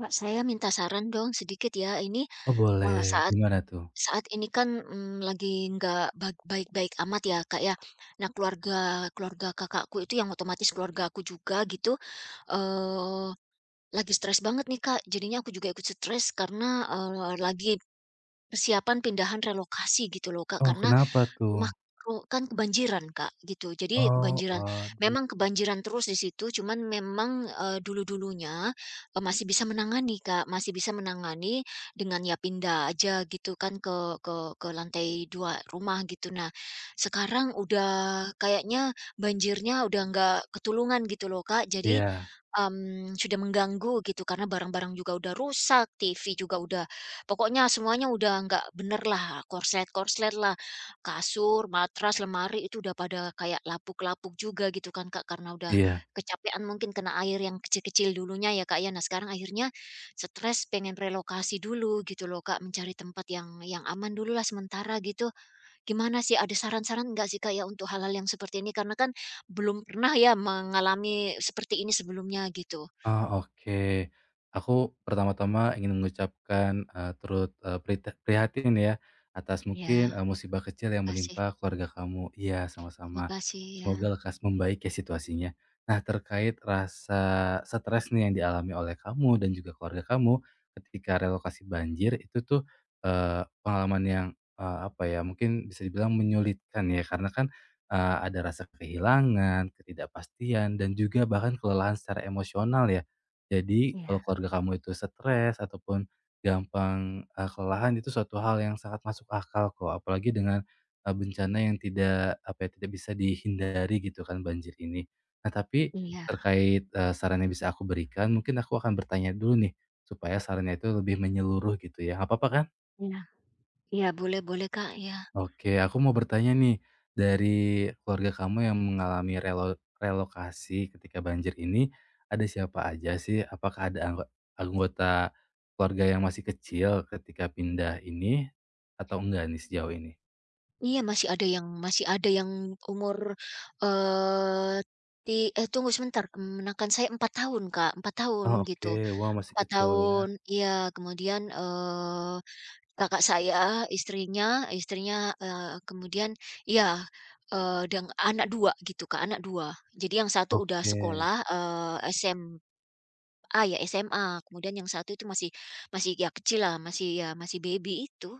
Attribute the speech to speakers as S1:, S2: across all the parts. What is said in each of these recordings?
S1: Kak, saya minta saran dong sedikit ya. Ini,
S2: Oh boleh,
S1: saat
S2: gimana tuh?
S1: saat ini kan, lagi nggak baik-baik amat ya, Kak, ya. Nah, keluarga keluarga kakakku itu yang otomatis keluarga aku juga gitu, eee, lagi stres banget nih, Kak. Jadinya aku juga ikut stres karena, lagi persiapan pindahan relokasi gitu loh, Kak.
S2: Oh
S1: Karena
S2: kenapa tuh?
S1: Rumah kan kebanjiran, Kak, gitu. Jadi
S2: Oh
S1: kebanjiran
S2: waduh,
S1: memang kebanjiran terus di situ, cuman memang, dulu-dulunya, masih bisa menangani, Kak, masih bisa menangani dengan ya pindah aja gitu kan ke ke lantai 2 rumah gitu. Nah, sekarang udah kayaknya banjirnya udah nggak ketulungan gitu loh, Kak. Jadi,
S2: iya
S1: Sudah mengganggu gitu karena barang-barang juga udah rusak, TV juga udah pokoknya semuanya udah nggak bener lah, korslet-korslet lah, kasur, matras, lemari itu udah pada kayak lapuk-lapuk juga gitu kan, Kak, karena udah
S2: iya.
S1: kecapean mungkin kena air yang kecil-kecil dulunya ya, Kak, ya. Nah, sekarang akhirnya stres pengen relokasi dulu gitu loh, Kak, mencari tempat yang aman dulu lah sementara gitu. Gimana sih, ada saran-saran nggak sih, Kak, ya, untuk hal-hal yang seperti ini? Karena kan belum pernah ya mengalami seperti ini sebelumnya gitu.
S2: Oh, oke. Aku pertama-tama ingin mengucapkan, turut, prihatin ya atas mungkin,
S1: Ya,
S2: musibah kecil yang
S1: kasih.
S2: menimpa keluarga kamu. Iya,
S1: Terima
S2: sama-sama.
S1: kasih ya.
S2: Semoga lekas membaik ya situasinya. Nah, terkait rasa stres nih yang dialami oleh kamu dan juga keluarga kamu ketika relokasi banjir itu tuh, pengalaman yang, apa ya, mungkin bisa dibilang menyulitkan ya, karena kan ada rasa kehilangan, ketidakpastian, dan juga bahkan kelelahan secara emosional ya. Jadi
S1: Iya,
S2: kalau keluarga kamu itu stres ataupun gampang, kelelahan itu suatu hal yang sangat masuk akal kok, apalagi dengan, bencana yang tidak apa ya, tidak bisa dihindari gitu kan banjir ini. Nah tapi
S1: iya,
S2: terkait, saran yang bisa aku berikan, mungkin aku akan bertanya dulu nih supaya sarannya itu lebih menyeluruh gitu ya, apa-apa kan?
S1: iya, iya, boleh, boleh, Kak, ya.
S2: Oke, aku mau bertanya nih, dari keluarga kamu yang mengalami relokasi ketika banjir ini, ada siapa aja sih? Apakah ada anggota keluarga yang masih kecil ketika pindah ini, atau enggak nih sejauh ini?
S1: Iya, masih ada yang umur, eee, ti eh, tunggu sebentar, menakan saya 4 tahun, Kak, 4 tahun
S2: Oh, oke,
S1: gitu,
S2: wah masih
S1: 4
S2: kecil ya.
S1: tahun iya, kemudian, Kakak saya, istrinya istrinya, kemudian ya deng anak 2 gitu, Kak, anak 2. Jadi yang satu udah
S2: Oke.
S1: sekolah, SMA ya, SMA, kemudian yang satu itu masih masih ya kecil lah, masih ya masih baby itu.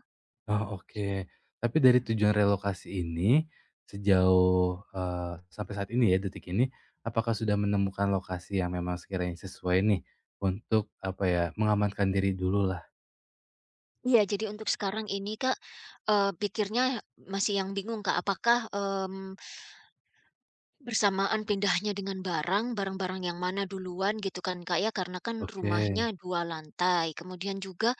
S2: Oh, oke. Tapi dari tujuan relokasi ini, sejauh, sampai saat ini ya, detik ini, apakah sudah menemukan lokasi yang memang sekiranya sesuai nih, untuk apa ya, mengamankan diri dulu lah.
S1: Iya, jadi untuk sekarang ini, Kak, pikirnya masih yang bingung, Kak, apakah, bersamaan pindahnya dengan barang-barang yang mana duluan gitu kan, Kak, ya, karena kan
S2: Oke.
S1: rumahnya 2 lantai, kemudian juga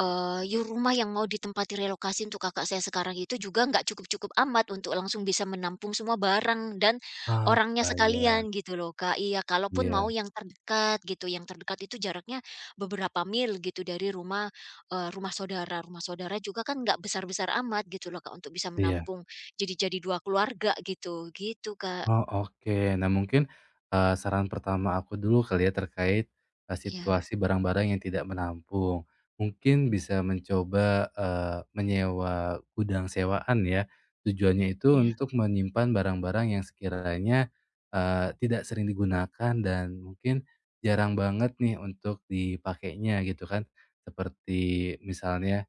S1: Rumah yang mau ditempati relokasi untuk kakak saya sekarang itu juga nggak cukup-cukup amat untuk langsung bisa menampung semua barang dan
S2: Ah,
S1: orangnya
S2: kebayang.
S1: sekalian gitu loh, Kak. Iya, kalaupun mau
S2: Iya
S1: yang terdekat gitu, yang terdekat itu jaraknya beberapa mil gitu dari rumah, rumah saudara. Rumah saudara juga kan nggak besar-besar amat gitu loh, Kak, untuk bisa
S2: iya.
S1: menampung jadi 2 keluarga gitu, gitu, Kak.
S2: Oh, oke. Nah, mungkin, saran pertama aku dulu kali ya terkait,
S1: Ya,
S2: situasi barang-barang yang tidak menampung. Mungkin bisa mencoba, menyewa gudang sewaan ya. Tujuannya itu
S1: ya,
S2: untuk menyimpan barang-barang yang sekiranya, tidak sering digunakan dan mungkin jarang banget nih untuk dipakainya gitu kan. Seperti misalnya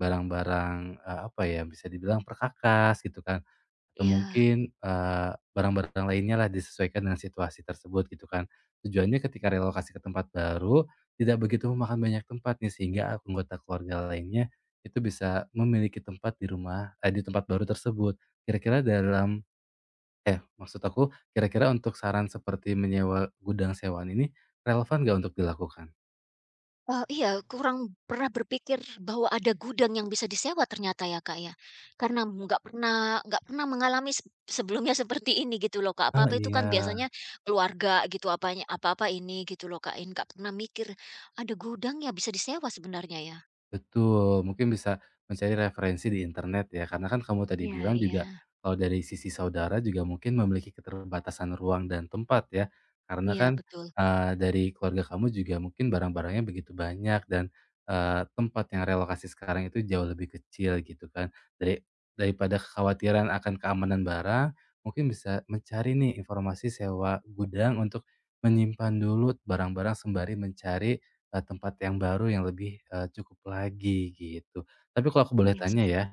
S2: barang-barang, apa ya, bisa dibilang perkakas gitu kan, atau
S1: iya.
S2: mungkin, barang-barang lainnya lah disesuaikan dengan situasi tersebut gitu kan. Tujuannya ketika relokasi ke tempat baru, tidak begitu memakan banyak tempat nih sehingga anggota keluarga lainnya itu bisa memiliki tempat di rumah eh, di tempat baru tersebut. Kira-kira dalam eh, maksud aku kira-kira untuk saran seperti menyewa gudang sewaan ini relevan nggak untuk dilakukan?
S1: Iya, kurang pernah berpikir bahwa ada gudang yang bisa disewa ternyata ya, Kak, ya. Karena nggak pernah mengalami sebelumnya seperti ini gitu loh, Kak.
S2: Ah,
S1: Apa-apa itu
S2: iya.
S1: kan biasanya keluarga gitu, apanya apa-apa ini gitu loh, Kak, ini nggak pernah mikir ada gudang ya bisa disewa sebenarnya ya.
S2: Betul, mungkin bisa mencari referensi di internet ya, karena kan kamu tadi
S1: Iya,
S2: bilang
S1: iya.
S2: juga kalau dari sisi saudara juga mungkin memiliki keterbatasan ruang dan tempat ya, karena
S1: Iya,
S2: kan
S1: betul.
S2: eh, dari keluarga kamu juga mungkin barang-barangnya begitu banyak dan eh, tempat yang relokasi sekarang itu jauh lebih kecil gitu kan. Dari Daripada kekhawatiran akan keamanan barang, mungkin bisa mencari nih informasi sewa gudang untuk menyimpan dulu barang-barang sembari mencari tempat yang baru yang lebih, cukup lagi gitu. Tapi kalau aku boleh
S1: Iya.
S2: tanya ya,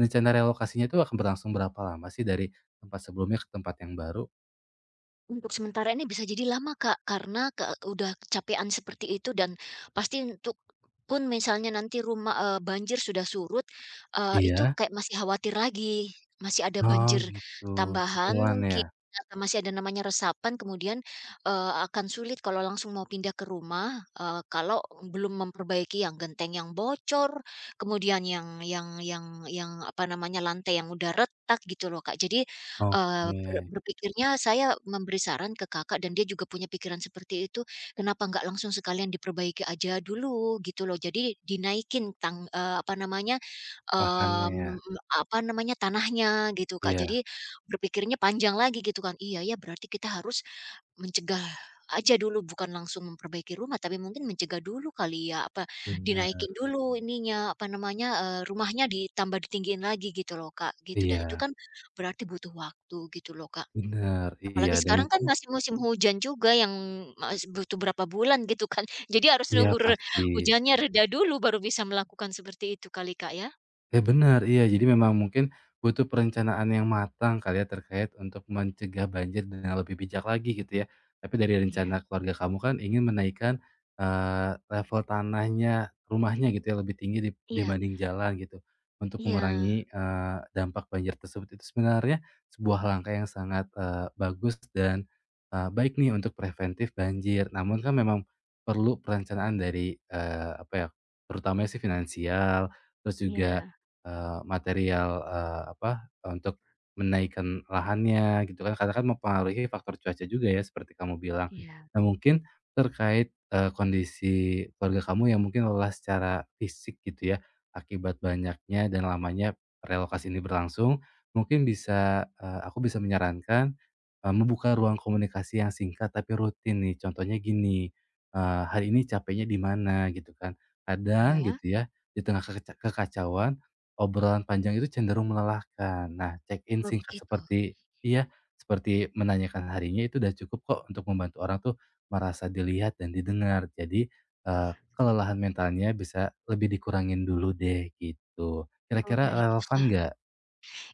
S2: rencana relokasinya itu akan berlangsung berapa lama sih dari tempat sebelumnya ke tempat yang baru?
S1: Untuk sementara ini bisa jadi lama, Kak, karena udah kecapean seperti itu dan pasti untuk pun misalnya nanti rumah, banjir sudah surut, itu
S2: Iya?
S1: kayak masih khawatir lagi, masih ada
S2: Oh
S1: banjir
S2: gitu,
S1: tambahan
S2: susulan ya?
S1: mungkin atau masih ada namanya resapan kemudian, akan sulit kalau langsung mau pindah ke rumah, kalau belum memperbaiki yang genteng yang bocor, kemudian yang apa namanya, lantai yang udah retak gitu loh, Kak. Jadi,
S2: Oke,
S1: berpikirnya saya memberi saran ke Kakak dan dia juga punya pikiran seperti itu, kenapa nggak langsung sekalian diperbaiki aja dulu gitu loh. Jadi dinaikin apa namanya,
S2: lahannya ya?
S1: mmm, apa namanya, tanahnya gitu, Kak.
S2: Iya,
S1: Jadi berpikirnya panjang lagi gitu kan, iya ya berarti kita harus mencegah aja dulu, bukan langsung memperbaiki rumah, tapi mungkin mencegah dulu kali ya, apa,
S2: bener.
S1: dinaikin dulu ininya, apa namanya, rumahnya ditambah ditinggiin lagi gitu loh, Kak, gitu. Dan itu
S2: Iya,
S1: kan berarti butuh waktu gitu loh, Kak.
S2: bener, iya
S1: Apalagi
S2: dan
S1: sekarang kan
S2: mungkin
S1: masih musim hujan juga yang butuh berapa bulan gitu kan. Jadi harus
S2: iya
S1: nunggu
S2: pasti.
S1: hujannya reda dulu baru bisa melakukan seperti itu kali, Kak, ya?
S2: Ya benar, iya. Jadi memang mungkin butuh perencanaan yang matang kali ya terkait untuk mencegah banjir dengan lebih bijak lagi gitu ya. Tapi dari rencana
S1: Iya.
S2: keluarga kamu kan ingin menaikkan level tanahnya, rumahnya gitu ya lebih tinggi
S1: Iya,
S2: dibanding jalan gitu. Untuk
S1: iya.
S2: mengurangi, dampak banjir tersebut itu sebenarnya sebuah langkah yang sangat, bagus dan, baik nih untuk preventif banjir. Namun kan memang perlu perencanaan dari, apa ya, terutamanya sih finansial, terus juga
S1: Iya,
S2: material, apa, untuk menaikkan lahannya gitu kan, karena kan mempengaruhi faktor cuaca juga ya seperti kamu bilang.
S1: iya,
S2: Nah mungkin terkait, kondisi keluarga kamu yang mungkin lelah secara fisik gitu ya, akibat banyaknya dan lamanya relokasi ini berlangsung, mungkin bisa, aku bisa menyarankan, membuka ruang komunikasi yang singkat tapi rutin nih. Contohnya gini, "Hari ini capeknya di mana?" Gitu kan. Kadang
S1: iya.
S2: gitu ya, di tengah kekacauan obrolan panjang itu cenderung melelahkan. Nah, check-in
S1: Oh,
S2: singkat
S1: begitu.
S2: seperti iya, seperti menanyakan harinya itu udah cukup kok untuk membantu orang tuh merasa dilihat dan didengar. Jadi, eee, kelelahan mentalnya bisa lebih dikurangin dulu deh, gitu.
S1: Oh
S2: Kira-kira
S1: baik, itu
S2: relevan nggak?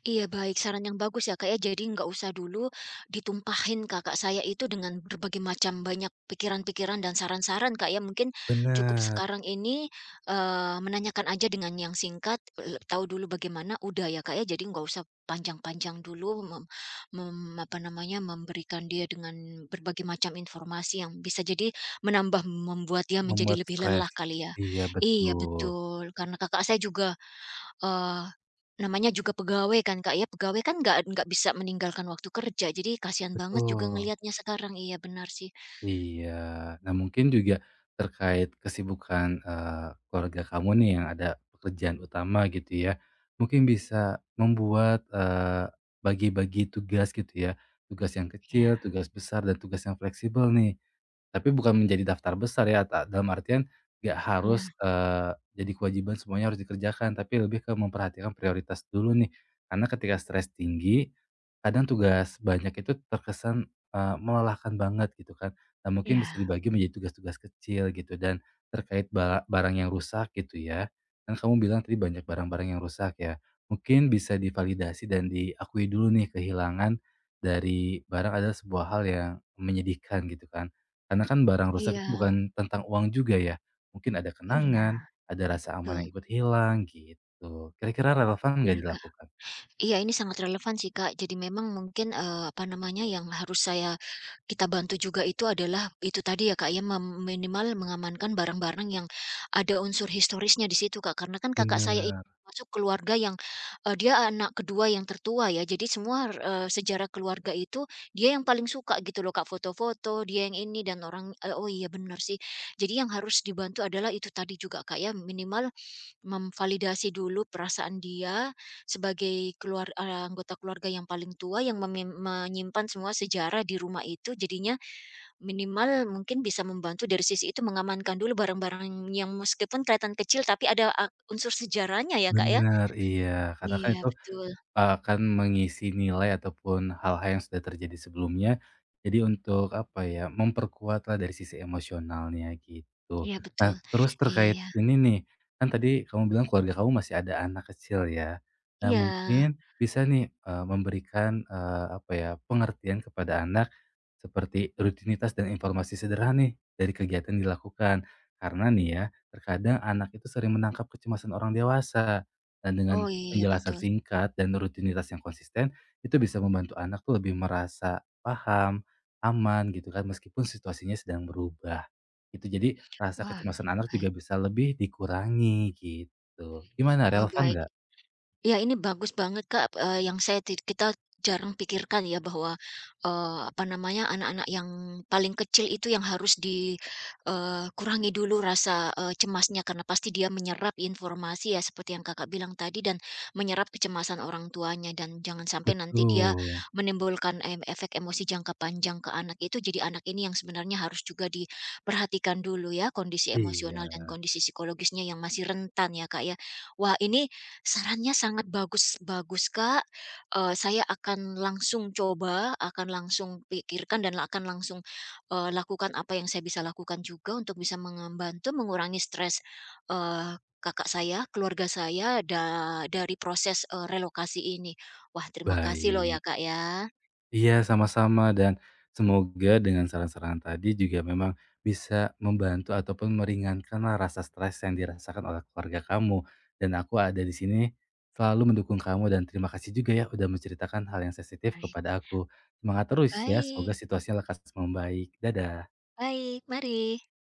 S1: iya baik, saran yang bagus ya, Kak, ya. Jadi nggak usah dulu ditumpahin kakak saya itu dengan berbagai macam banyak pikiran-pikiran dan saran-saran, Kak, ya. Mungkin cukup
S2: Bener,
S1: sekarang ini eh, menanyakan aja dengan yang singkat, tahu dulu bagaimana, udah ya, Kak, ya. Jadi nggak usah panjang-panjang dulu apa namanya memberikan dia dengan berbagai macam informasi yang bisa jadi membuat dia menjadi
S2: membuat
S1: lebih
S2: stres.
S1: lelah kali ya.
S2: Iya,
S1: Iya
S2: betul.
S1: betul, karena kakak saya juga eh namanya juga pegawai kan, Kak, ya, pegawai kan nggak bisa meninggalkan waktu kerja, jadi kasihan banget juga
S2: Betul.
S1: ngelihatnya sekarang. Iya, benar sih.
S2: Iya. Nah, mungkin juga terkait kesibukan, keluarga kamu nih yang ada pekerjaan utama gitu ya, mungkin bisa membuat, bagi-bagi tugas gitu ya, tugas yang
S1: Iya,
S2: kecil, tugas besar, dan tugas yang fleksibel nih. Tapi bukan menjadi daftar besar ya, dalam artian nggak
S1: iya,
S2: harus, jadi kewajiban semuanya harus dikerjakan, tapi lebih ke memperhatikan prioritas dulu nih. Karena ketika stres tinggi, kadang tugas banyak itu terkesan, melelahkan banget gitu kan. Nah, mungkin bisa
S1: iya.
S2: dibagi menjadi tugas-tugas kecil gitu dan terkait barang yang rusak gitu ya. Kan kamu bilang tadi banyak barang-barang yang rusak ya. Mungkin bisa divalidasi dan diakui dulu nih kehilangan dari barang adalah sebuah hal yang menyedihkan gitu kan. Karena kan barang rusak itu
S1: Iya,
S2: bukan tentang uang juga ya. Mungkin ada
S1: iya,
S2: kenangan, ada rasa aman
S1: betul.
S2: yang ikut hilang gitu. Kira-kira relevan nggak
S1: Iya.
S2: dilakukan?
S1: Iya, ini sangat relevan sih, Kak. Jadi memang mungkin, apa namanya, yang harus saya bantu juga itu adalah itu tadi ya, Kak, ya, minimal mengamankan barang-barang yang ada unsur historisnya di situ, Kak. Karena kan kakak saya ini
S2: Benar
S1: termasuk keluarga yang, dia anak kedua yang tertua ya, jadi semua, sejarah keluarga itu dia yang paling suka gitu loh, Kak, foto-foto, dia yang ini dan orang oh iya benar sih. Jadi yang harus dibantu adalah itu tadi juga, Kak, ya, minimal memvalidasi dulu perasaan dia sebagai anggota keluarga yang paling tua yang menyimpan semua sejarah di rumah itu, jadinya minimal mungkin bisa membantu dari sisi itu mengamankan dulu barang-barang yang meskipun kelihatan kecil tapi ada unsur sejarahnya ya, Kak, ya?
S2: Benar iya. Karena kan
S1: Iya
S2: itu
S1: betul,
S2: akan mengisi nilai ataupun hal-hal yang sudah terjadi sebelumnya. Jadi untuk apa ya, memperkuatlah dari sisi emosionalnya gitu.
S1: iya betul.
S2: Nah, terus terkait
S1: Iya,
S2: ini nih, kan tadi kamu bilang keluarga kamu masih ada anak kecil ya. Nah,
S1: iya.
S2: mungkin bisa nih, memberikan, apa ya, pengertian kepada anak seperti rutinitas dan informasi sederhana nih dari kegiatan yang dilakukan. Karena nih ya, terkadang anak itu sering menangkap kecemasan orang dewasa dan dengan
S1: Oh iya, iya,
S2: penjelasan
S1: betul.
S2: singkat dan rutinitas yang konsisten, itu bisa membantu anak tuh lebih merasa paham, aman gitu kan, meskipun situasinya sedang berubah. Itu jadi rasa
S1: Wah,
S2: kecemasan anak
S1: baik.
S2: juga bisa lebih dikurangi gitu. Gimana
S1: Oh
S2: relevan
S1: baik.
S2: nggak?
S1: Ya ini bagus banget, Kak, yang saya kita jarang pikirkan ya bahwa, apa namanya, anak-anak yang paling kecil itu yang harus dikurangi dulu rasa, cemasnya karena pasti dia menyerap informasi ya seperti yang Kakak bilang tadi dan menyerap kecemasan orang tuanya dan jangan sampai nanti dia
S2: Betul.
S1: menimbulkan, efek emosi jangka panjang ke anak itu. Jadi anak ini yang sebenarnya harus juga diperhatikan dulu ya kondisi emosional dan
S2: Iya,
S1: kondisi psikologisnya yang masih rentan ya, Kak, ya. Wah, ini sarannya sangat bagus bagus, Kak. Saya akan langsung coba, akan langsung pikirkan dan akan langsung, lakukan apa yang saya bisa lakukan juga untuk bisa membantu mengurangi stres, kakak saya, keluarga saya, dari proses, relokasi ini. Wah, terima kasih loh ya,
S2: baik.
S1: Kak, ya.
S2: Iya, sama-sama dan semoga dengan saran-saran tadi juga memang bisa membantu ataupun meringankanlah rasa stres yang dirasakan oleh keluarga kamu. Dan aku ada di sini selalu mendukung kamu dan terima kasih juga ya udah menceritakan hal yang sensitif
S1: Baik.
S2: kepada aku. Semangat terus ya, semoga
S1: Baik,
S2: situasinya lekas membaik. Dadah.
S1: baik, mari.